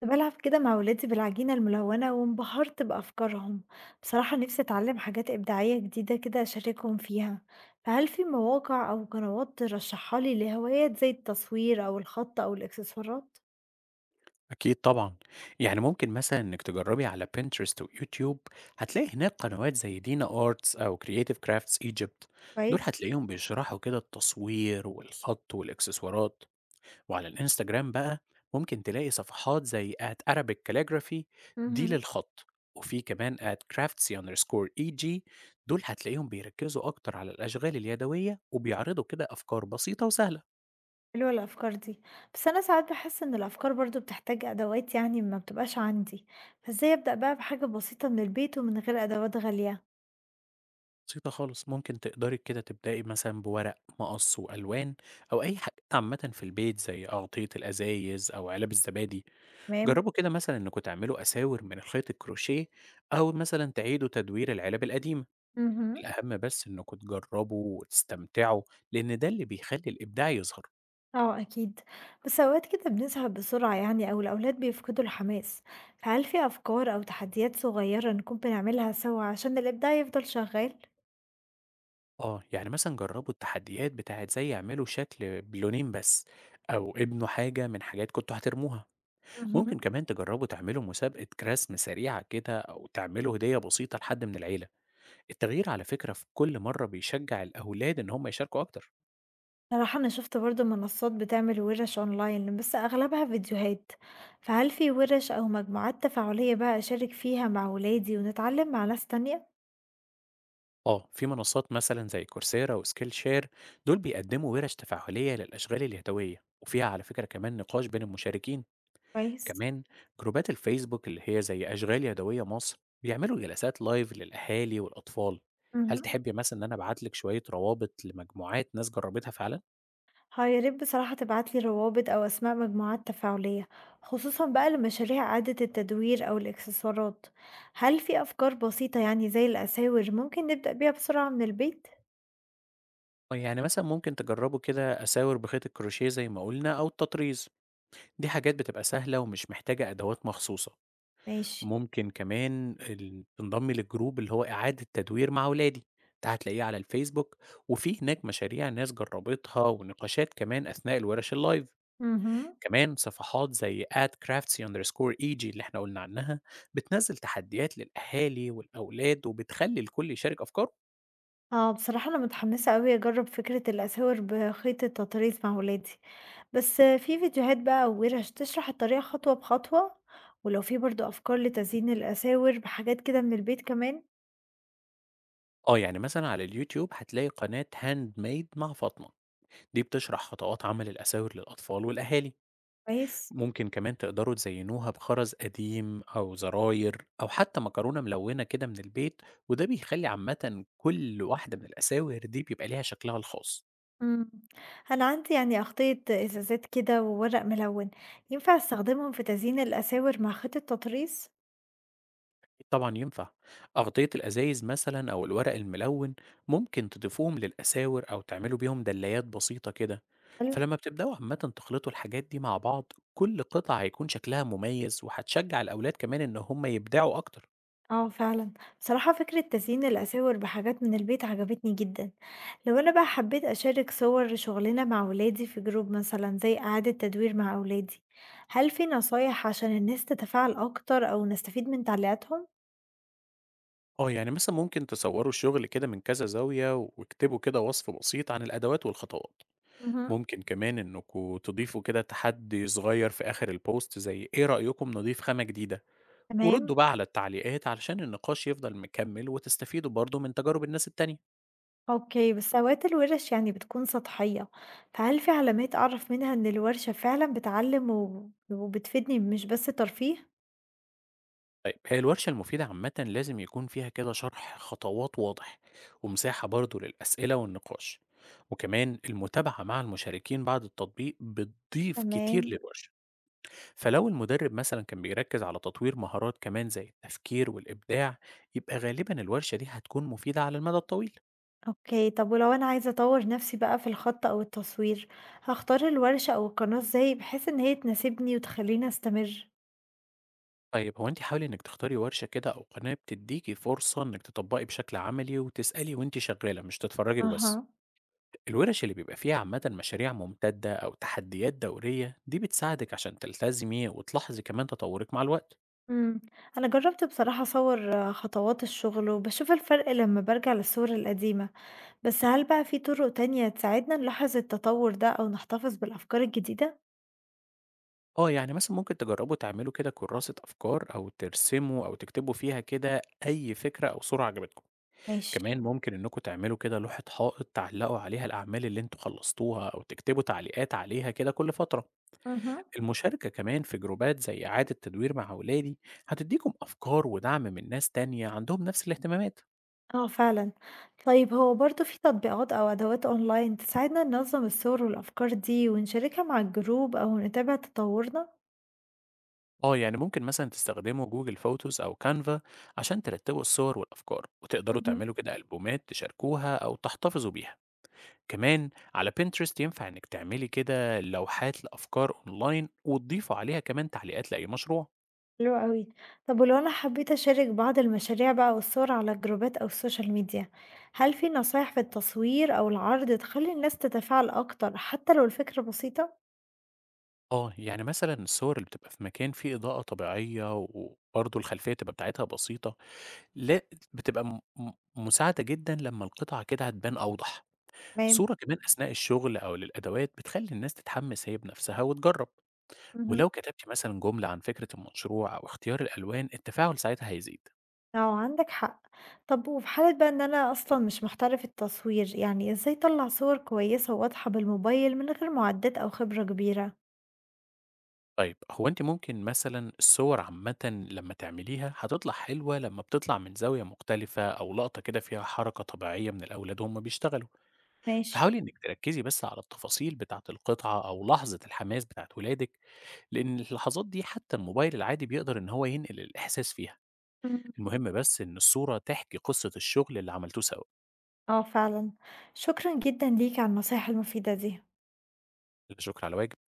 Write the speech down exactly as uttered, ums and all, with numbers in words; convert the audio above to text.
كنت بالعب كده مع ولادي بالعجينة الملونة وانبهرت بأفكارهم. بصراحة نفسي أتعلم حاجات إبداعية جديدة كده أشاركهم فيها، فهل في مواقع أو قنوات ترشحها لي لهوايات زي التصوير أو الخط أو الإكسسوارات؟ أكيد طبعًا، يعني ممكن مثلًا إنِّك تجرّبي على Pinterest وYouTube هتلاقي هناك قنوات زي Dina Arts أو Creative Crafts Egypt، دول كويس. هتلاقيهم بيشرحوا كده التصوير والخط والإكسسوارات، وعلى الإنستجرام بقى ممكن تلاقي صفحات زي at Arabic calligraphy دي امم للخط، وفي كمان at craftsy_eg دول هتلاقيهم بيركّزوا أكتر على الأشغال اليدوية وبيعرضوا كده أفكار بسيطة وسهلة. حلوة الأفكار دي، بس أنا ساعات بحس إن الأفكار برضو بتحتاج أدوات، يعني ما بتبقاش عندي، فإزاي أبدأ بقى بحاجة بسيطة من البيت ومن غير أدوات غالية؟ بسيطة خالص ممكن تقدري كده تبدأي مثلا بورق مقص وألوان أو أي حاجة عامة في البيت زي أغطية الأزايز أو علب الزبادي. تمام. جربوا كده مثلا إنكم تعملوا أساور من خيط الكروشيه أو مثلا تعيدوا تدوير العلب القديمة. مهم. الأهم بس إنكم تجربوا وتستمتعوا لأن ده اللي بيخلي الإبداع يظهر. آه أكيد، بس أوقات كده بنزهق بسرعة يعني، أو الأولاد بيفقدوا الحماس، فهل في أفكار أو تحديات صغيرة نكون بنعملها سوا عشان الإبداع يفضل شغال؟ آه يعني مثلا جربوا التحديات بتاعت زي يعملوا شكل بلونين بس أو ابنوا حاجة من حاجات كنتوا هترموها. مهم. ممكن كمان تجربوا تعملوا مسابقة رسم سريعة كده أو تعملوا هدية بسيطة لحد من العيلة. التغيير على فكرة في كل مرة بيشجع الأولاد إن هم يشاركوا أكتر. صراحة أنا شفت برضو منصات بتعمل ورش أونلاين بس أغلبها فيديوهات، فهل في ورش أو مجموعات تفاعلية بقى أشارك فيها مع ولادي ونتعلم مع ناس تانية؟ آه في منصات مثلا زي كورسيرا وسكيل شير، دول بيقدموا ورش تفاعلية للأشغال اليدوية وفيها على فكرة كمان نقاش بين المشاركين. كويس. كمان جروبات الفيسبوك اللي هي زي أشغال يدوية مصر بيعملوا جلسات لايف للأهالي والأطفال. هل مهم. تحبي مثلا إن أنا أبعتلك شوية روابط لمجموعات ناس جربتها فعلا؟ ها يا ريت بصراحة تبعتلي روابط أو أسماء مجموعات تفاعلية، خصوصا بقى لمشاريع إعادة التدوير أو الإكسسوارات. هل في أفكار بسيطة يعني زي الأساور ممكن نبدأ بيها بسرعة من البيت؟ آه، يعني مثلًا ممكن تجربوا كده أساور بخيط الكروشيه زي ما قُلنا أو التطريز، دي حاجات بتبقى سهلة ومش محتاجة أدوات مخصوصة، ماشي. ممكن كمان ال تنضمي للجروب اللي هو إعادة تدوير مع ولادي، ده هتلاقيه على الفيسبوك، وفي هناك مشاريع ناس جربتها ونقاشات كمان أثناء الورش اللايف، مهم. كمان صفحات زي at craftsy E G اللي إحنا قُلنا عنها، بتنزّل تحديات للأهالي والأولاد وبتخلّي الكل يشارك أفكاره. اه بصراحة أنا متحمسة أوي أجرب فكرة الأساور بخيط التطريز مع ولادي، بس في فيديوهات بقى أو ورش تشرح الطريقة خطوة بخطوة؟ ولو في برضو أفكار لتزيين الأساور بحاجات كده من البيت كمان. آه يعني مثلًا على اليوتيوب هتلاقي قناة handmade مع فاطمة. دي بتشرح خطوات عمل الأساور للأطفال والأهالي. كويس. ممكن كمان تقدروا تزينوها بخرز قديم أو زراير أو حتى مكرونة ملونة كده من البيت، وده بيخلي عامة كل واحدة من الأساور دي بيبقى ليها شكلها الخاص. إمم. أنا عندي يعني أغطية إزازات كده وورق ملوِّن، ينفع أستخدمهم في تزيين الأساور مع خيط التطريز؟ طبعا ينفع، أغطية الأزايز مثلا أو الورق الملون ممكن تضيفوهم للأساور أو تعملوا بيهم دلايات بسيطة كده. حلو. فلما بتبدأوا عامة تخلطوا الحاجات دي مع بعض كل قطعة هيكون شكلها مميز وهتشجع الأولاد كمان إن هم يبدعوا أكتر. آه فعلًا. بصراحة فكرة تزيين الأساور بحاجات من البيت عجبتني جدًا. لو أنا بقى حبيت أشارك صور شغلنا مع ولادي في جروب مثلًا زي إعادة تدوير مع أولادي، هل في نصايح عشان الناس تتفاعل أكتر أو نستفيد من تعليقاتهم؟ آه، يعني مثلًا ممكن تصوّروا الشغل كده من كذا زاوية، واكتبوا كده وصف بسيط عن الأدوات والخطوات، اهم. ممكن كمان إنكم تضيفوا كده تحدي صغير في آخر الpost زي إيه رأيكم نضيف خامة جديدة، تمام. وردوا بقى على التعليقات علشان النقاش يفضل مكمّل، وتستفيدوا برضه من تجارب الناس التانية. أوكي، بس أوقات الورش يعني بتكون سطحية، فهل في علامات أعرف منها إن الورشة فعلًا بتعلم و وبتفيدني مش بس ترفيه؟ طيب هي الورشة المفيدة عامةً لازم يكون فيها كده شرح خطوات واضح، ومساحة برضه للأسئلة والنقاش، وكمان المتابعة مع المشاركين بعد التطبيق بتضيف كتير تمام. للورشة. فلو المدرب مثلا كان بيركز على تطوير مهارات كمان زي التفكير والإبداع يبقى غالبا الورشة دي هتكون مفيدة على المدى الطويل. أوكي، طب ولو أنا عايزة أطور نفسي بقى في الخط أو التصوير، هاختار الورشة أو القناة إزاي بحيث إن هي تناسبني وتخليني أستمر؟ طيب هو انت حاولي انك تختاري ورشة كده او قناة بتديكي فرصة انك تطبقي بشكل عملي وتسألي وانت شغالة مش تتفرجي وبس. أها. الورش اللي بيبقى فيها عامة مشاريع ممتدة او تحديات دورية دي بتساعدك عشان تلتزمي وتلاحظي كمان تطورك مع الوقت. امم. أنا جربت بصراحة أصور آه، خطوات الشغل وبشوف الفرق لما برجع للصور القديمة، بس هل بقى في طرق تانية تساعدنا نلاحظ التطور ده أو نحتفظ بالأفكار الجديدة؟ اه يعني مثلا ممكن تجربوا تعملوا كده كراسة افكار او ترسموا او تكتبوا فيها كده اي فكرة او صورة عجبتكم. ماشي. كمان ممكن إنكم تعملوا كده لوحة حائط تعلقوا عليها الأعمال اللي أنتوا خلصتوها أو تكتبوا تعليقات عليها كده كل فترة. اهم. المشاركة كمان في جروبات زي إعادة تدوير مع أولادي هتديكم أفكار ودعم من ناس تانية عندهم نفس الاهتمامات. آه فعلًا. طيب هو برضه في تطبيقات أو أدوات أونلاين تساعدنا ننظم الصور والأفكار دي ونشاركها مع الجروب أو نتابع تطورنا؟ اه يعني ممكن مثلا تستخدموا جوجل فوتوز أو كانفا عشان ترتبوا الصور والأفكار وتقدروا مهم. تعملوا كده ألبومات تشاركوها أو تحتفظوا بيها. كمان على بنترست ينفع إنك تعملي كده لوحات لأفكار أونلاين وتضيفوا عليها كمان تعليقات لأي مشروع. حلو أوي. طب ولو أنا حبيت أشارك بعض المشاريع بقى والصور على الجروبات أو السوشيال ميديا، هل في نصايح في التصوير أو العرض تخلي الناس تتفاعل أكتر حتى لو الفكرة بسيطة؟ آه، يعني مثلًا الصور اللي بتبقى في مكان فيه إضاءة طبيعية وبرضه الخلفية تبقى بتاعتها بسيطة، لأ بتبقى م م مساعدة جدًا لمّا القطعة كده هتبان أوضح. تمام. صورة كمان أثناء الشغل أو للأدوات بتخلّي الناس تتحمس هي بنفسها وتجرّب، إمم. مهم. ولو كتبتِ مثلًا جملة عن فكرة المشروع أو اختيار الألوان، التفاعل ساعتها هيزيد. آه، عندك حق. طب وفي حالة بقى إن أنا أصلًا مش محترفة في التصوير، يعني إزاي أطلّع صور كويسة وواضحة بالموبايل من غير معدات أو خبرة كبيرة؟ طيب هو أنتِ ممكن مثلًا الصور عامةً لمّا تعمليها هتطلع حلوة لمّا بتطلع من زاوية مختلفة أو لقطة كده فيها حركة طبيعية من الأولاد وهُم بيشتغلوا. ماشي. فحاولي إنِّك تركّزي بس على التفاصيل بتاعة القطعة أو لحظة الحماس بتاعة ولادِك، لإن اللحظات دي حتى الموبايل العادي بيقدر إن هو ينقل الإحساس فيها، إمم. المهم بس إن الصورة تحكي قصة الشغل اللي عملتوه سوا. آه فعلًا. شكرًا جدًا ليك على النصايح المفيدة دي. لا شكر على واجب.